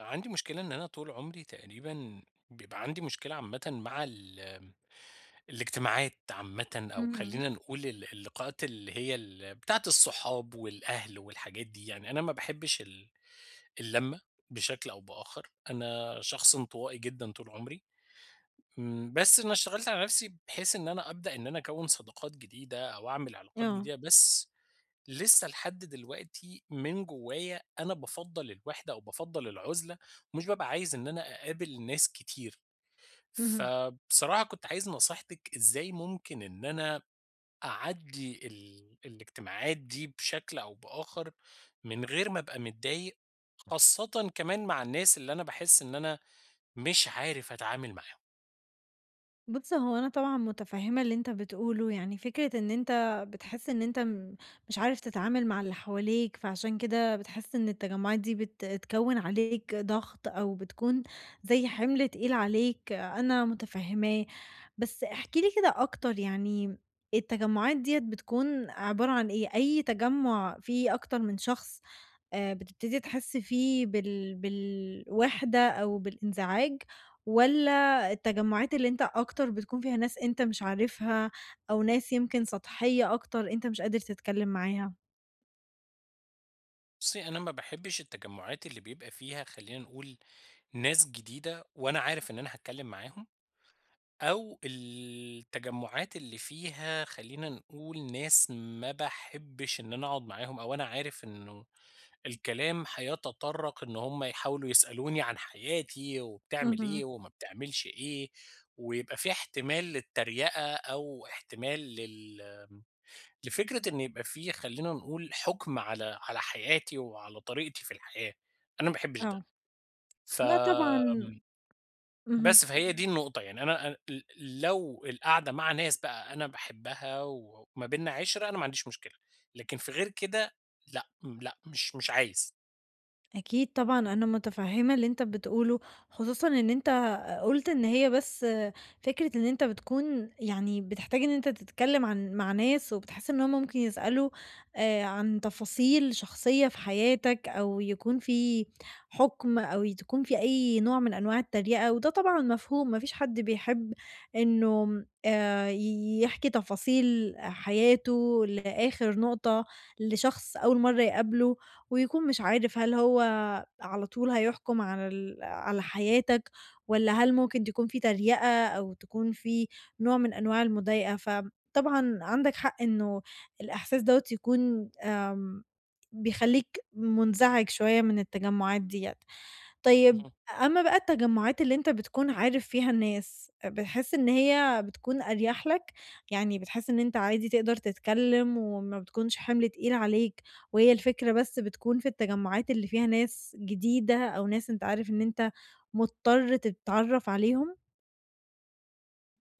عندي مشكلة إن أنا طول عمري تقريبًا بيبقى عندي مشكلة عامةً مع الاجتماعات عامةً، أو اهم، خلّينا نقول اللقاءات اللي هي بتاعة الصحاب والأهل والحاجات دي. يعني أنا ما باحبش اللمة بشكل أو بآخر. أنا شخص انطوائي جدًا طول عمري. بس أنا اشتغلت على نفسي بحيث إن أنا أبدأ إن أنا أكوّن صداقات جديدة أو أعمل علاقات آه، جديدة، بس لسه لحد دلوقتي من جوايا أنا بافضّل الوحدة أو بافضّل العُزلة، ومش بابقى عايز إن أنا أقابل ناس كتير. اهم. فبصراحة كنت عايز نصيحتِك إزاي ممكن إن أنا أعدّي الاجتماعات دي بشكل أو بآخر من غير ما أبقى متضايق، خاصةً كمان مع الناس اللي أنا باحس إن أنا مش عارف أتعامل معاهم. بُص، هو أنا طبعًا متفهمة اللي أنت بتقوله، يعني فكرة إن أنت بتحس إن أنت مش عارف تتعامل مع اللي حواليك، فعشان كده بتحس إن التجمعات دي تكوّن عليك ضغط أو بتكون زي حمل تقيل عليك، أنا متفهماه. بس احكِ لي كده أكتر، يعني التجمعات ديّة بتكون عبارة عن إيه؟ أي تجمع فيه أكتر من شخص؟ بتبتدي تحسّي فيه بالوِحدة أو بالانزعاج، والّا التجمُّعات اللي أنت أكتر بتكون فيها ناس أنت مش عارفها، أو ناس يمكن سطحية أكتر أنت مش قادر تتكلّم معاها؟ بُصّي، أنا ما باحبش التجمُّعات اللي بيبقى فيها خلّينا نقول ناس جديدة وأنا عارف إن أنا هاتكلّم معاهم، أو التجمُّعات اللي فيها خلّينا نقول ناس ما باحبش إن أنا أقعد معاهم أو أنا عارف إنه الكلام هيتطرّق إن هم يحاولوا يسألوني عن حياتي وبتعمل اهم، إيه وما بتعملش إيه، ويبقى في احتمال للتريقة أو احتمال لفكرة إن يبقى في خلّينا نقول حُكم على حياتي وعلى طريقتي في الحياة. أنا ما باحبش ده. آه. ف لأ طبعًا. اهم. بس، فهي دي النقطة. يعني أنا لو القعدة مع ناس بقى أنا باحبها وما بيننا عِشرة، أنا ما عنديش مشكلة، لكن في غير كده لأ، لأ، مش عايز. أكيد طبعًا أنا متفهمة اللي أنت بتقوله، خصوصًا إن أنت قُلت إن هي بس فكرة إن أنت بتكون يعني بتحتاج إن أنت تتكلم مع ناس، وبتحس إن هُم ممكن يسألوا عن تفاصيل شخصية في حياتك، أو يكون في حُكم، أو تكون في أي نوع من أنواع التريقة، وده طبعًا مفهوم، ما فيش حد بيحب إنه ي يحكي تفاصيل حياته لآخر نقطة لشخص أول مرة يقابله، ويكون مش عارف هل هو على طول هيحكم على حياتك، والّا هل ممكن تكون في تريقة أو تكون في نوع من أنواع المضايقة، فطبعًا عندك حق إنه الإحساس دوّة يكون بيخلّيك منزعج شوية من التجمعات ديّة. طيب، اهم. أمّا بقى التجمُّعات اللي أنت بتكون عارف فيها الناس، بتحس إن هي بتكون أريح لك؟ يعني بتحس إن أنت عادي تقدر تتكلّم وما بتكونش حِمل تقيل عليك، وهي الفكرة بس بتكون في التجمُّعات اللي فيها ناس جديدة أو ناس أنت عارف إن أنت مضطر تتعرّف عليهم؟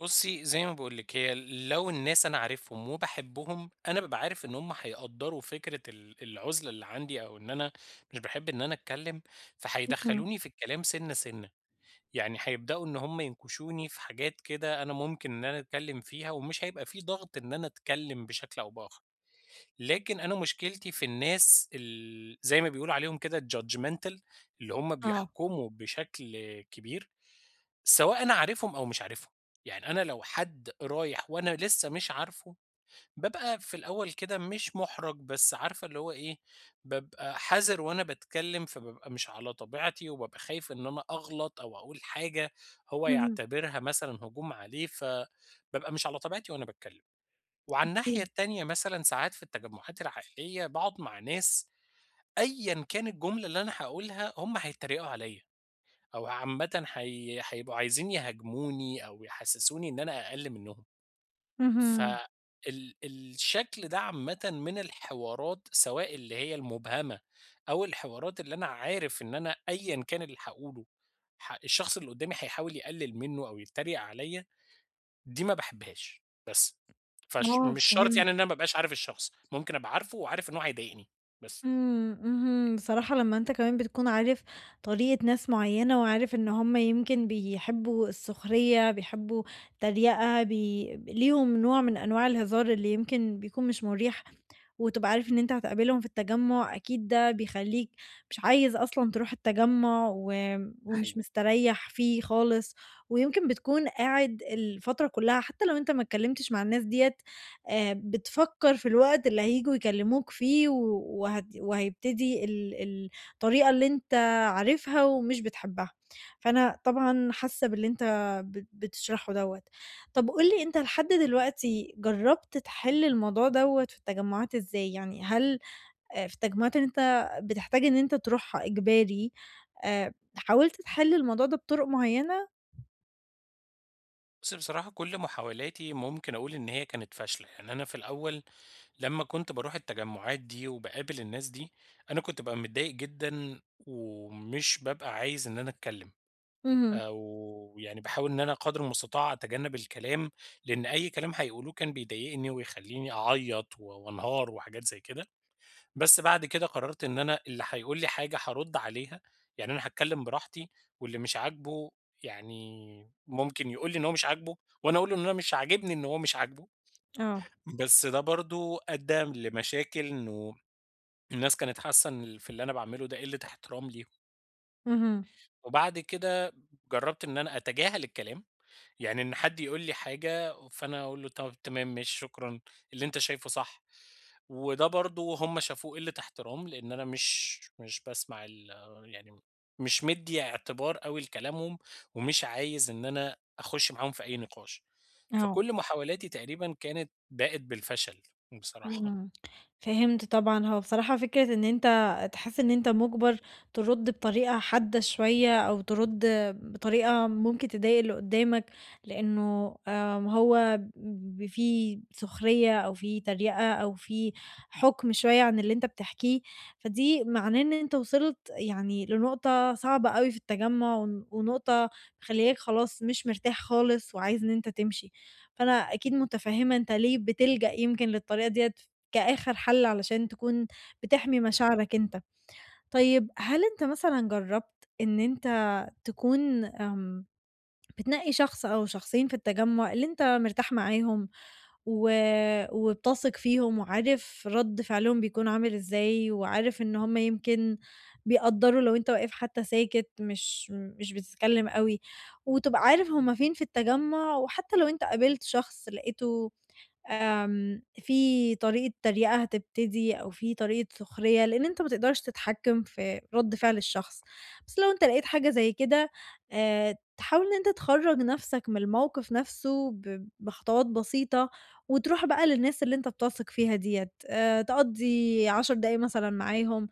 بُصّي، زي ما باقول لِك، هي لو الناس أنا عارفهم وباحبهم، أنا بابقى عارف إن هم هيقدّروا فكرة العُزلة اللي عندي أو إن أنا مش باحب إن أنا أتكلّم، اهم. فهيدخّلوني في الكلام سِنّة، سِنّة. يعني هيبدأوا إن هم ينكشوني في حاجات كده أنا ممكن إن أنا أتكلم فيها ومش هيبقى في ضغط إن أنا أتكلم بشكل أو بآخر. لكن أنا مشكلتي في الناس زي ما بيقولوا عليهم كده الjudgemental اللي هم آه. بيحكموا بشكل كبير، سواء أنا عارفهم أو مش عارفهم. يعني أنا لو حد رايح وأنا لسه مش عارفه بابقى في الأول كده مش مُحرَج، بس عارفة اللي هو إيه، بابقى حذر وأنا باتكلّم، فبابقى مش على طبيعتي وبابقى خايف إن أنا أغلط أو أقول حاجة هو اهم. يعتبرها مثلًا هجوم عليه، فبابقى مش على طبيعتي وأنا باتكلّم. وعلى الناحية إمم. التانية مثلًا ساعات في التجمُّعات العائلية باقعُد مع ناس أيًا كان الجملة اللي أنا هاقولها هم هيتّريقوا عليّا، أو عامةً هي هيبقوا عايزين يهاجموني أو يحسّسوني إن أنا أقَل منّهم. ف اهم. الشكل ده عامةً من الحوارات، سواء اللي هي المبهمة أو الحوارات اللي أنا عارف إن أنا أيًا كان اللي هاقوله، الشخص اللي قدامي هيحاول يقلل منه أو يتريق عليَّ، دي ما باحبهاش بس. آه، مش شرط فهمت. يعني إن أنا ما ابقاش عارف الشخص، ممكن أبقى عارفه وعارف إن هو هيضايقني، بس. اهم، بصراحة لمّا أنت كمان بتكون عارف طريقة ناس معيّنة وعارف إن هُم يمكن بيحبّوا السخرية، بيحبّوا التريقة، ليهم نوع من أنواع الهزار اللي يمكن بيكون مش مُريح، وتبقى عارف إن أنت هتقابلهم في التجمُّع، أكيد ده بيخلّيك مش عايز أصلًا تروح التجمُّع و ده ومش حقيقي. مستريّح فيه خالص، ويمكن بتكون قاعد الفترة كُلّها حتى لو أنت ما اتكلّمتش مع الناس ديّة، بتفكّر في الوقت اللي هييجوا يكلّموك فيه و وهت وهيبتدي ال ال الطريقة اللي أنت عارفها ومش بتحبّها، فأنا طبعًا حاسّة باللي أنت بتشرحه دوّة. طَب قُل لي أنت لحد دلوقتي جرّبت تحِل الموضوع دوّة في التجمُّعات إزاي؟ يعني هل في التجمُّعات اللي أنت بتحتاج إن أنت تروحها إجباري، حاولت تحِل الموضوع ده بطُرق معيّنة؟ بُصّي، بصراحة كل محاولاتي ممكن أقول إن هي كانت فاشلة، يعني أنا في الأول لمّا كنت باروح التجمعات دي وباقابل الناس دي، أنا كنت بابقى متضايق جدًا ومش بابقى عايز إن أنا أتكلم، اهم، أو يعني باحاول إن أنا قدر المستطاع أتجنب الكلام، لإن أي كلام هيقولوه كان بيضايقني ويخلّيني أعيّط و وانهار وحاجات زي كده. بس بعد كده قررت إن أنا اللي هيقول لي حاجة هارُد عليها، يعني أنا هاتكلّم براحتي، واللي مش عاجبه يعني ممكن يقول لي إن هو مش عاجبه، وأنا أقول له إن أنا مش عاجبني إن هو مش عاجبه، آه، بس ده برضه أدّى لمشاكل إنه الناس كانت حاسة إن في اللي أنا باعمله ده قِلّة احترام ليهم. اهم، وبعد كده جرّبت إن أنا أتجاهل الكلام، يعني إن حد يقول لي حاجة فأنا أقول له طب تمام ماشي شكرًا، اللي أنت شايفه صح. وده برضه هم شافوه قِلّة احترام، لإن أنا مش باسمع يعني مش مدّي اعتبار أوي لكلامهم، ومش عايز إن أنا أخُش معاهم في أي نقاش. آه. فكل محاولاتي تقريبًا كانت باءت بالفشل بصراحة. إمم، فهمت طبعًا. هو بصراحة فكرة إن أنت تحس إن أنت مُجبر ترُد بطريقة حادة شوية أو ترُد بطريقة ممكن تضايق اللي قدّامك، لإنه هو في سخرية أو في تريقة أو في حُكم شوية عن اللي أنت بتحكيه، فدي معناه إن أنت وصلت يعني لنقطة صعبة أوي في التجمُّع، ونقطة مخلّياك خلاص مش مرتاح خالص وعايز إن أنت تمشي. فأنا أكيد متفهمة أنت ليه بتلجأ يمكن للطريقة ديّة كآخر حل علشان تكون بتحمي مشاعرك أنت. طيب، هل أنت مثلًا جربت إن أنت تكون بتنقي شخص أو شخصين في التجمع اللي أنت مرتاح معاهم و وبتثق فيهم، وعارف رد فعلهم بيكون عامل إزاي، وعارف إن هم يمكن بيقدّروا لو أنت واقف حتى ساكت مش بتتكلم أوي، وتبقى عارف هم فين في التجمع، وحتى لو أنت قابلت شخص لقيته في طريقة تريقة هتبتدي أو في طريقة سخرية، لإن أنت ما تقدرش تتحكم في رد فعل الشخص، بس لو أنت لقيت حاجة زي كده، تحاول إن أنت تخرّج نَفْسك من الموقف نَفْسه بخطوات بسيطة، وتروح بقى للناس اللي أنت بتثق فيها ديّة، تقضّي 10 دقايق مثلًا معاهم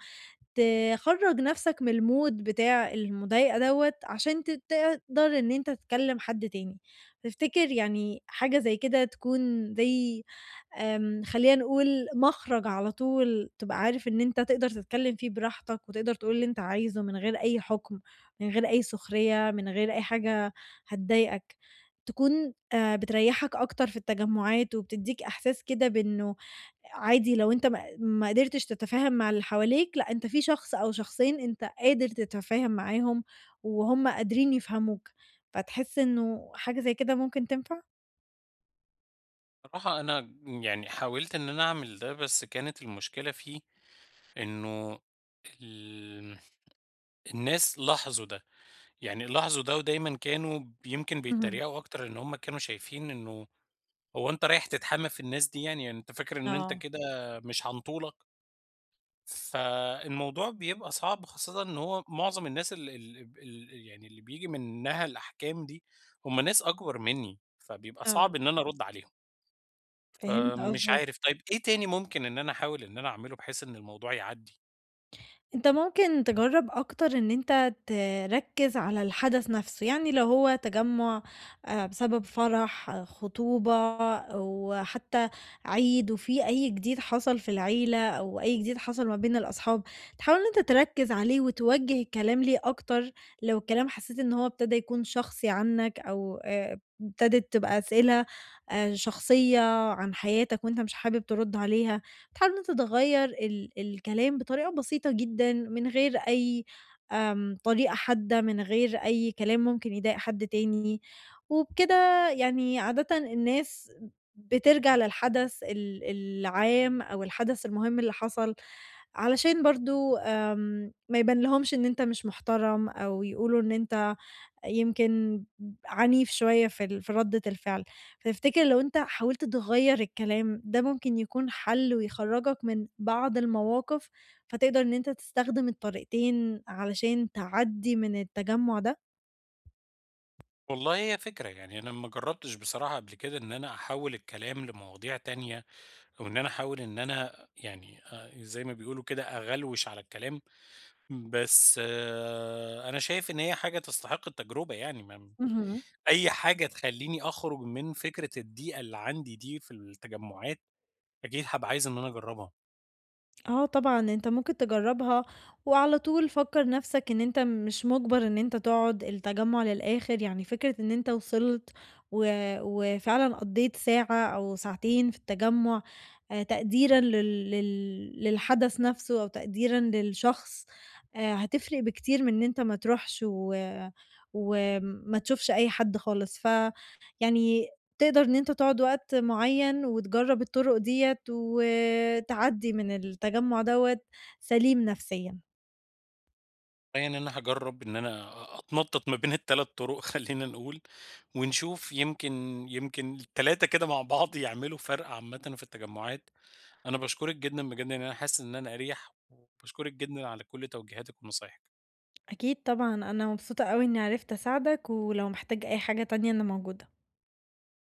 تخرّج نَفْسك من المود بتاع المضايقة دوّة عشان تقدر إن أنت تكلّم حد تاني. تفتكر يعني حاجة زي كده تكون زي، خلّينا نقول مخرج على طول تبقى عارف إن أنت تقدر تتكلّم فيه براحتك وتقدر تقول اللي أنت عايزه من غير أي حُكم، من غير أي سخرية، من غير أي حاجة هتضايقك، تكون بتريّحك أكتر في التجمُّعات، وبتدّيك إحساس كده بإنه عادي لو أنت ما قدرتش تتفاهم مع اللي حواليك، لأ، أنت في شخص أو شخصين أنت قادر تتفاهم معاهم وهُم قادرين يفهموك، فتحس إنه حاجة زي كده ممكن تنفع؟ بصراحة أنا يعني حاولت إن أنا أعمل ده، بس كانت المشكلة فيه إنه ال الناس لاحظوا ده. يعني لاحظوا ده ودايمًا كانوا يمكن اهم، بيتريقوا أكتر، إن هم كانوا شايفين إنه هو أنت رايح تتحامى في الناس دي يعني، يعني أنت فاكر إن أنت آه، كده مش هنطولك؟ فالموضوع بيبقى صعب، خاصةً إن هو معظم الناس ال ال ال يعني اللي بييجي منها الأحكام دي هم ناس أكبر منّي، فبيبقى آه، صعب إن أنا أرُد عليهم. فهمت فمش قصدك. عارف، طيب إيه تاني ممكن إن أنا أحاول إن أنا أعمله بحيث إن الموضوع يعدّي؟ أنت ممكن تجرّب أكتر إن أنت تركّز على الحدث نفسه، يعني لو هو تجمُّع بسبب فرح، خطوبة أو حتى عيد، وفي أي جديد حصل في العيلة أو أي جديد حصل ما بين الأصحاب، تحاول إن أنت تركّز عليه وتوجّه الكلام ليه أكتر. لو الكلام حسّيت إن هو ابتدى يكون شخصي عنّك أو ابتدت تبقى أسئلة شخصية عن حياتك وأنت مش حابب ترُد عليها، تحاول إن أنت تغيّر الكلام بطريقة بسيطة جدًا، من غير أي طريقة حادة، من غير أي كلام ممكن يضايق حد تاني، وبكده يعني عادةً الناس بترجع للحدث العام أو الحدث المهم اللي حصل، علشان برضه ما يبانلهمش إن أنت مش محترم أو يقولوا إن أنت يمكن عنيف شوية في في ردة الفعل. فتفتكر لو أنت حاولت تغيّر الكلام ده ممكن يكون حل ويخرّجك من بعض المواقف، فتقدر إن أنت تستخدم الطريقتين علشان تعدّي من التجمُّع ده؟ والله هي فكرة، يعني أنا ما جرّبتش بصراحة قبل كده إن أنا أحوّل الكلام لمواضيع تانية، وإن أنا أحاول إن أنا يعني زي ما بيقولوا كده أغلوش على الكلام، بس أنا شايف إن هي حاجة تستحق التجربة، يعني ما اهم. أي حاجة تخلّيني أخرج من فكرة الضيقة اللي عندي دي في التجمعات، أكيد هابقى عايز إن أنا أجربها. آه طبعًا، أنت ممكن تجرّبها، وعلى طول فكّر نَفْسك إن أنت مش مُجبَر إن أنت تقعد التجمُّع للآخِر، يعني فكرة إن أنت وصلت و وفعلًا قضّيت ساعة أو ساعتين في التجمُّع تقديرًا لل لل للحدث نَفْسه أو تقديرًا للشخص، هتفرق بكتير من إن أنت ما تروحش وما تشوفش أي حد خالص، فيعني تقدر إن أنت تقعد وقت معيّن وتجرّب الطُرُق ديّة وتعدّي من التجمُّع دوّة سليم نفسيًا. يعني ان أنا هاجرب إن أنا أتنطط ما بين ال3 طرق خلّينا نقول، ونشوف يمكن ال3 كده مع بعض يعملوا فرق عامةً في التجمعات. أنا باشكرِك جدًا بجد، يعني أنا حاسس إن أنا أريح، وباشكرِك جدًا على كل توجيهاتِك ونصايحِك. أكيد طبعًا، أنا مبسوطة أوي إنّي عرفت أساعدك، ولو محتاج أي حاجة تانية أنا موجودة.